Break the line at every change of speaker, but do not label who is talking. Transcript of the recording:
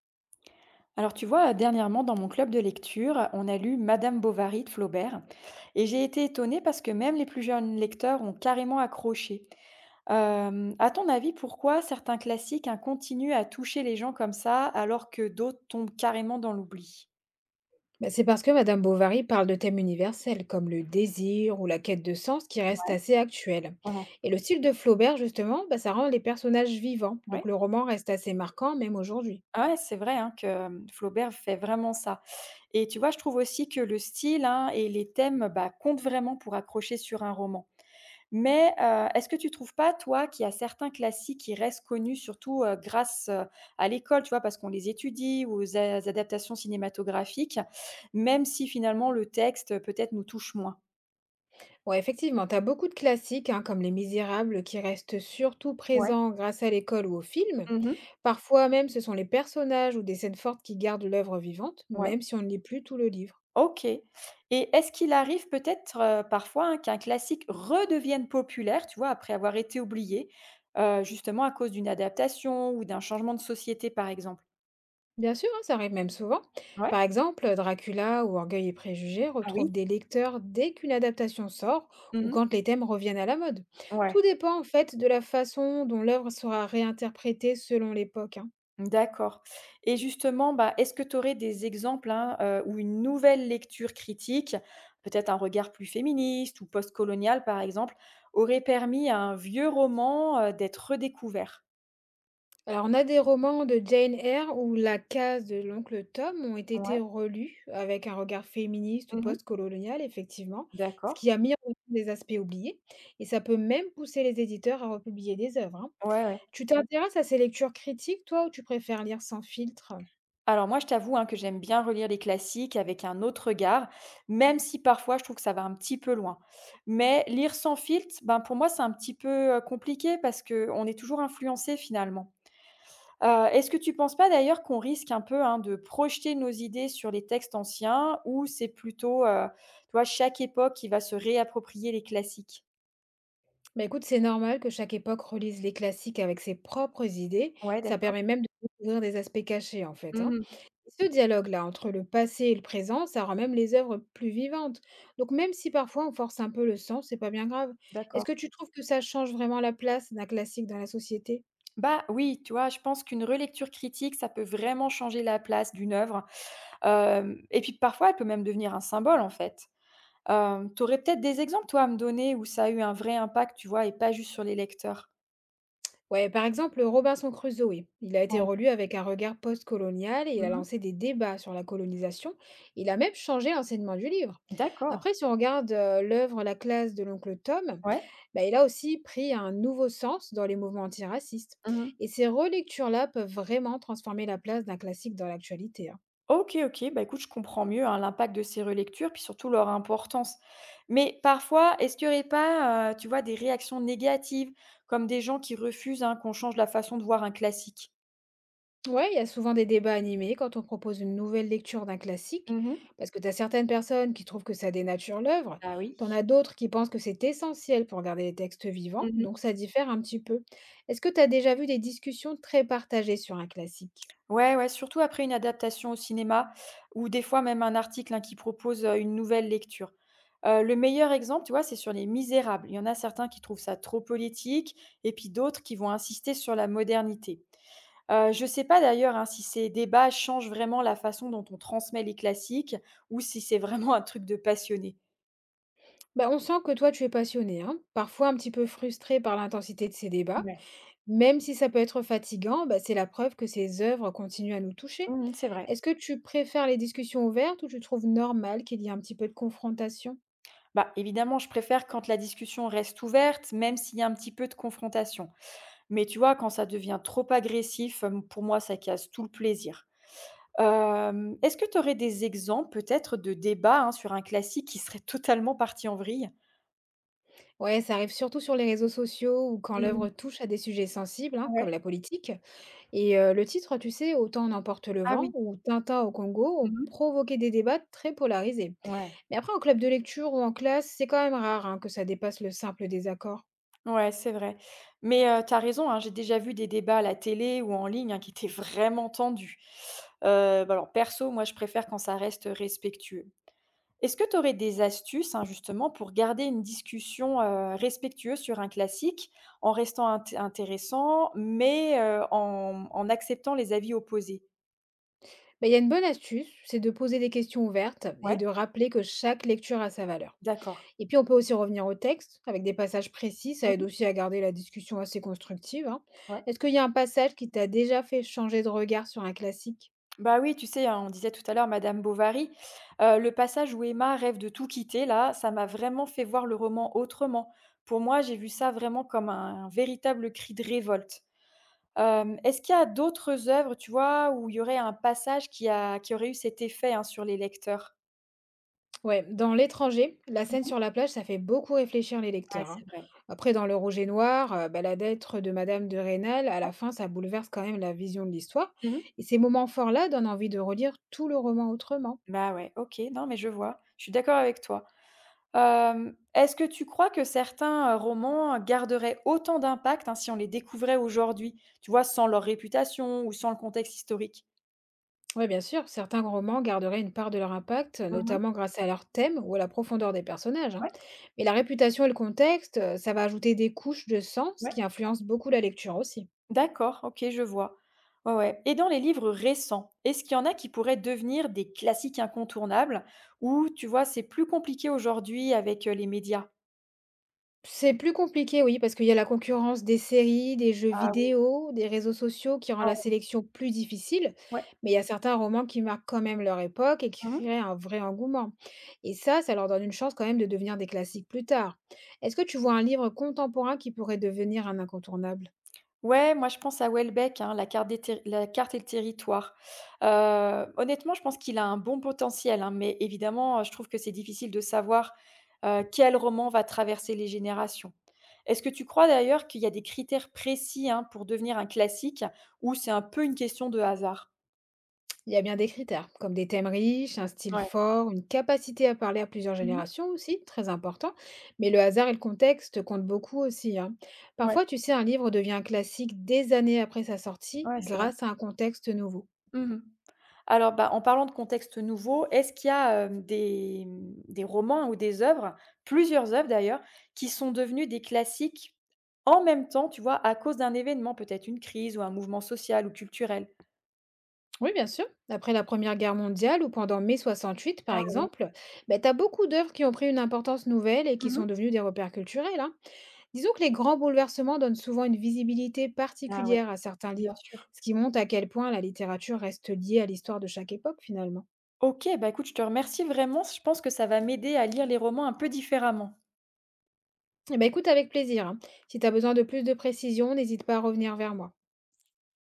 Alors tu vois, dernièrement dans mon club de lecture, on a lu Madame Bovary de Flaubert et j'ai été étonnée parce que même les plus jeunes lecteurs ont carrément accroché. À ton avis, pourquoi certains classiques hein, continuent à toucher les gens comme ça alors que d'autres tombent carrément dans l'oubli?
Bah, c'est parce que Madame Bovary parle de thèmes universels comme le désir ou la quête de sens qui restent assez actuels.
Mhm.
Et le style de Flaubert, justement, ça rend les personnages vivants,
Ouais.
donc le roman reste assez marquant même aujourd'hui.
Ah ouais, c'est vrai hein, que Flaubert fait vraiment ça. Et tu vois, je trouve aussi que le style hein, et les thèmes bah, comptent vraiment pour accrocher sur un roman. Mais, est-ce que tu trouves pas, toi, qu'il y a certains classiques qui restent connus surtout, grâce, à l'école, tu vois? Parce qu'on les étudie ou aux a adaptations cinématographiques, même si finalement le texte, peut-être nous touche moins?
Ouais, effectivement, tu as beaucoup de classiques, hein, comme Les Misérables, qui restent surtout
Ouais.
présents grâce à l'école ou au film.
Mmh.
Parfois même, ce sont les personnages ou des scènes fortes qui gardent l'œuvre vivante,
Ouais.
même si on ne lit plus tout le livre.
OK. Et est-ce qu'il arrive peut-être, parfois, hein, qu'un classique redevienne populaire, tu vois, après avoir été oublié, justement à cause d'une adaptation ou d'un changement de société, par exemple?
Bien sûr, hein, ça arrive même souvent.
Ouais.
Par exemple, Dracula ou Orgueil et Préjugés
Ah oui?
retrouvent des lecteurs dès qu'une adaptation sort ou
Mmh.
quand les thèmes reviennent à la mode. Tout
Ouais.
dépend en fait de la façon dont l'œuvre sera réinterprétée selon l'époque, hein.
D'accord. Et justement, bah, est-ce que tu aurais des exemples, hein, où une nouvelle lecture critique, peut-être un regard plus féministe ou postcolonial par exemple, aurait permis à un vieux roman, d'être redécouvert?
Alors, on a des romans de Jane Eyre où La case de l'oncle Tom ont été
Ouais.
relus avec un regard féministe ou
Mmh.
post-colonial, effectivement, ce
D'accord.
qui a mis en lumière des aspects oubliés. Et ça peut même pousser les éditeurs à republier des œuvres, hein.
Ouais, ouais.
Tu t'intéresses à ces lectures critiques, toi, ou tu préfères lire sans filtre?
Alors moi, je t'avoue, hein, que j'aime bien relire les classiques avec un autre regard, même si parfois je trouve que ça va un petit peu loin. Mais lire sans filtre, ben, pour moi, c'est un petit peu, compliqué parce qu'on est toujours influencé finalement. Est-ce que tu ne penses pas d'ailleurs qu'on risque un peu, hein, de projeter nos idées sur les textes anciens ou c'est plutôt, tu vois, chaque époque qui va se réapproprier les classiques?
Bah écoute, c'est normal que chaque époque relise les classiques avec ses propres idées.
Ouais,
Ça
d'accord.
permet même de découvrir des aspects cachés, en fait, hein.
Mmh.
Ce dialogue-là entre le passé et le présent, ça rend même les œuvres plus vivantes. Donc même si parfois on force un peu le sens, c'est pas bien grave. Est-ce
D'accord.
que tu trouves que ça change vraiment la place d'un classique dans la société?
Bah, oui, tu vois, je pense qu'une relecture critique, ça peut vraiment changer la place d'une œuvre, hem et puis parfois, elle peut même devenir un symbole, en fait. Tu aurais peut-être des exemples, toi, à me donner où ça a eu un vrai impact, tu vois, et pas juste sur les lecteurs?
Ouais, par exemple, Robinson Crusoe, il a été
Ouais.
relu avec un regard postcolonial et il a
Mmh.
lancé des débats sur la colonisation. Il a même changé l'enseignement du livre.
D'accord.
Après, si on regarde l'œuvre La classe de l'oncle Tom,
Ouais.
il a aussi pris un nouveau sens dans les mouvements antiracistes.
Mmh.
Et ces relectures-là peuvent vraiment transformer la place d'un classique dans l'actualité, hein.
OK, OK, bah, écoute, je comprends mieux, hein, l'impact de ces relectures, puis surtout leur importance. Mais parfois, est-ce qu'il n'y aurait pas, tu vois, des réactions négatives, comme des gens qui refusent, hein, qu'on change la façon de voir un classique?
Ouais, il y a souvent des débats animés quand on propose une nouvelle lecture d'un classique,
Mmh.
parce que tu as certaines personnes qui trouvent que ça dénature l'œuvre,
Ah
t'en
oui.
as d'autres qui pensent que c'est essentiel pour garder les textes vivants,
Mmh.
donc ça diffère un petit peu. Est-ce que tu as déjà vu des discussions très partagées sur un classique?
Ouais, ouais, surtout après une adaptation au cinéma ou des fois même un article, hein, qui propose, une nouvelle lecture. Le meilleur exemple, tu vois, c'est sur Les Misérables. Il y en a certains qui trouvent ça trop politique et puis d'autres qui vont insister sur la modernité. Je ne sais pas d'ailleurs, hein, si ces débats changent vraiment la façon dont on transmet les classiques ou si c'est vraiment un truc de passionné.
Bah, on sent que toi, tu es passionné, hein, parfois un petit peu frustré par l'intensité de ces débats.
Ouais.
Même si ça peut être fatigant, c'est la preuve que ces œuvres continuent à nous toucher.
Mmh, c'est vrai.
Est-ce que tu préfères les discussions ouvertes ou tu trouves normal qu'il y ait un petit peu de confrontation?
Bah, évidemment, je préfère quand la discussion reste ouverte, même s'il y a un petit peu de confrontation. Mais tu vois, quand ça devient trop agressif, pour moi, ça casse tout le plaisir. Est-ce que tu aurais des exemples peut-être de débats, hein, sur un classique qui serait totalement parti en vrille?
Ouais, ça arrive surtout sur les réseaux sociaux ou quand
Mmh.
l'œuvre touche à des sujets sensibles, hein, comme
Ouais.
la politique. Et le titre, tu sais, Autant en emporte le
Ah
vent
oui.
ou Tintin au Congo ont
Mmh.
provoqué des débats très polarisés.
Ouais.
Mais après, en club de lecture ou en classe, c'est quand même rare hein, que ça dépasse le simple désaccord.
Ouais, c'est vrai. Mais tu raison, hein, j'ai déjà vu des débats à la télé ou en ligne, hein, qui étaient vraiment tendus. Bah, alors perso, moi, je préfère quand ça reste respectueux. Est-ce que tu aurais des astuces, hein, justement pour garder une discussion, respectueuse sur un classique, en restant intéressant, mais en acceptant les avis opposés?
Mais il y a une bonne astuce, c'est de poser des questions ouvertes et
Ouais,
de rappeler que chaque lecture a sa valeur.
d'accord.
Et puis, on peut aussi revenir au texte avec des passages précis, ça aide
Mmh.
aussi à garder la discussion assez constructive, hein.
Ouais.
Est-ce qu'il y a un passage qui t'a déjà fait changer de regard sur un classique?
Bah oui, tu sais, hein, on disait tout à l'heure Madame Bovary. Le passage où Emma rêve de tout quitter là, ça m'a vraiment fait voir le roman autrement. Pour moi, j'ai vu ça vraiment comme un véritable cri de révolte. Est-ce qu'il y a d'autres œuvres, tu vois, où il y aurait un passage qui aurait eu cet effet, hein, sur les lecteurs?
Ouais, dans L'étranger, la
Mmh
scène
mh.
sur la plage, ça fait beaucoup réfléchir les
Ouais,
lecteurs, hein.
c'est vrai.
Après, dans Le Rouge et Noir, la lettre de Madame de Rênal, à la fin, ça bouleverse quand même la vision de l'histoire.
Mmh.
Et ces moments forts-là donnent envie de relire tout le roman autrement.
Bah ouais, OK, non mais je vois. Je suis d'accord avec toi. Est-ce que tu crois que certains, romans garderaient autant d'impact, hein, si on les découvrait aujourd'hui? Tu vois, sans leur réputation ou sans le contexte historique?
Oui, bien sûr, certains romans garderaient une part de leur impact,
Mmh.
notamment grâce à leur thème ou à la profondeur des personnages, hein.
Ouais.
Mais la réputation et le contexte, ça va ajouter des couches de sens
Ouais,
qui influencent beaucoup la lecture aussi.
d'accord, OK, je vois. Ouais, ouais, et dans les livres récents, est-ce qu'il y en a qui pourraient devenir des classiques incontournables ou tu vois, c'est plus compliqué aujourd'hui avec, les médias?
C'est plus compliqué, oui, parce qu'il y a la concurrence des séries, des jeux
Ah oui.
vidéo, des réseaux sociaux qui rend
Ah.
la sélection plus difficile,
Ouais.
mais il y a certains romans qui marquent quand même leur époque et qui
Mmh.
créent un vrai engouement. Et ça leur donne une chance quand même de devenir des classiques plus tard. Est-ce que tu vois un livre contemporain qui pourrait devenir un incontournable?
Ouais, moi je pense à Welbeck, hein, la carte et le territoire. Heu, Honnêtement, je pense qu'il a un bon potentiel, hein, mais évidemment, je trouve que c'est difficile de savoir, quel roman va traverser les générations. Est-ce que tu crois d'ailleurs qu'il y a des critères précis, hein, pour devenir un classique ou c'est un peu une question de hasard?
Il y a bien des critères, comme des thèmes riches, un style
Ouais.
fort, une capacité à parler à plusieurs
Mmh.
générations aussi, très important. Mais le hasard et le contexte comptent beaucoup aussi, hein.
Ouais,
Parfois, tu sais, un livre devient un classique des années après sa sortie
ouais, c'est vrai.
grâce à un contexte nouveau.
Mmh. Alors, bah, en parlant de contexte nouveau, est-ce qu'il y a, des romans ou des œuvres, plusieurs œuvres d'ailleurs, qui sont devenues des classiques en même temps, tu vois, à cause d'un événement, peut-être une crise ou un mouvement social ou culturel?
Oui, bien sûr. Après la Première Guerre mondiale ou pendant mai 68, par
Ah oui.
exemple, ben, tu as beaucoup d'œuvres qui ont pris une importance nouvelle et qui sont devenues des repères culturels, hein. Disons que les grands bouleversements donnent souvent une visibilité
Ah ouais,
particulière à certains
bien
livres,
sûr.
ce qui montre à quel point la littérature reste liée à l'histoire de chaque époque finalement.
OK, bah, écoute, je te remercie vraiment, je pense que ça va m'aider à lire les romans un peu différemment.
Eh ben écoute avec plaisir, hein. Si tu as besoin de plus de précision, n'hésite pas à revenir vers moi.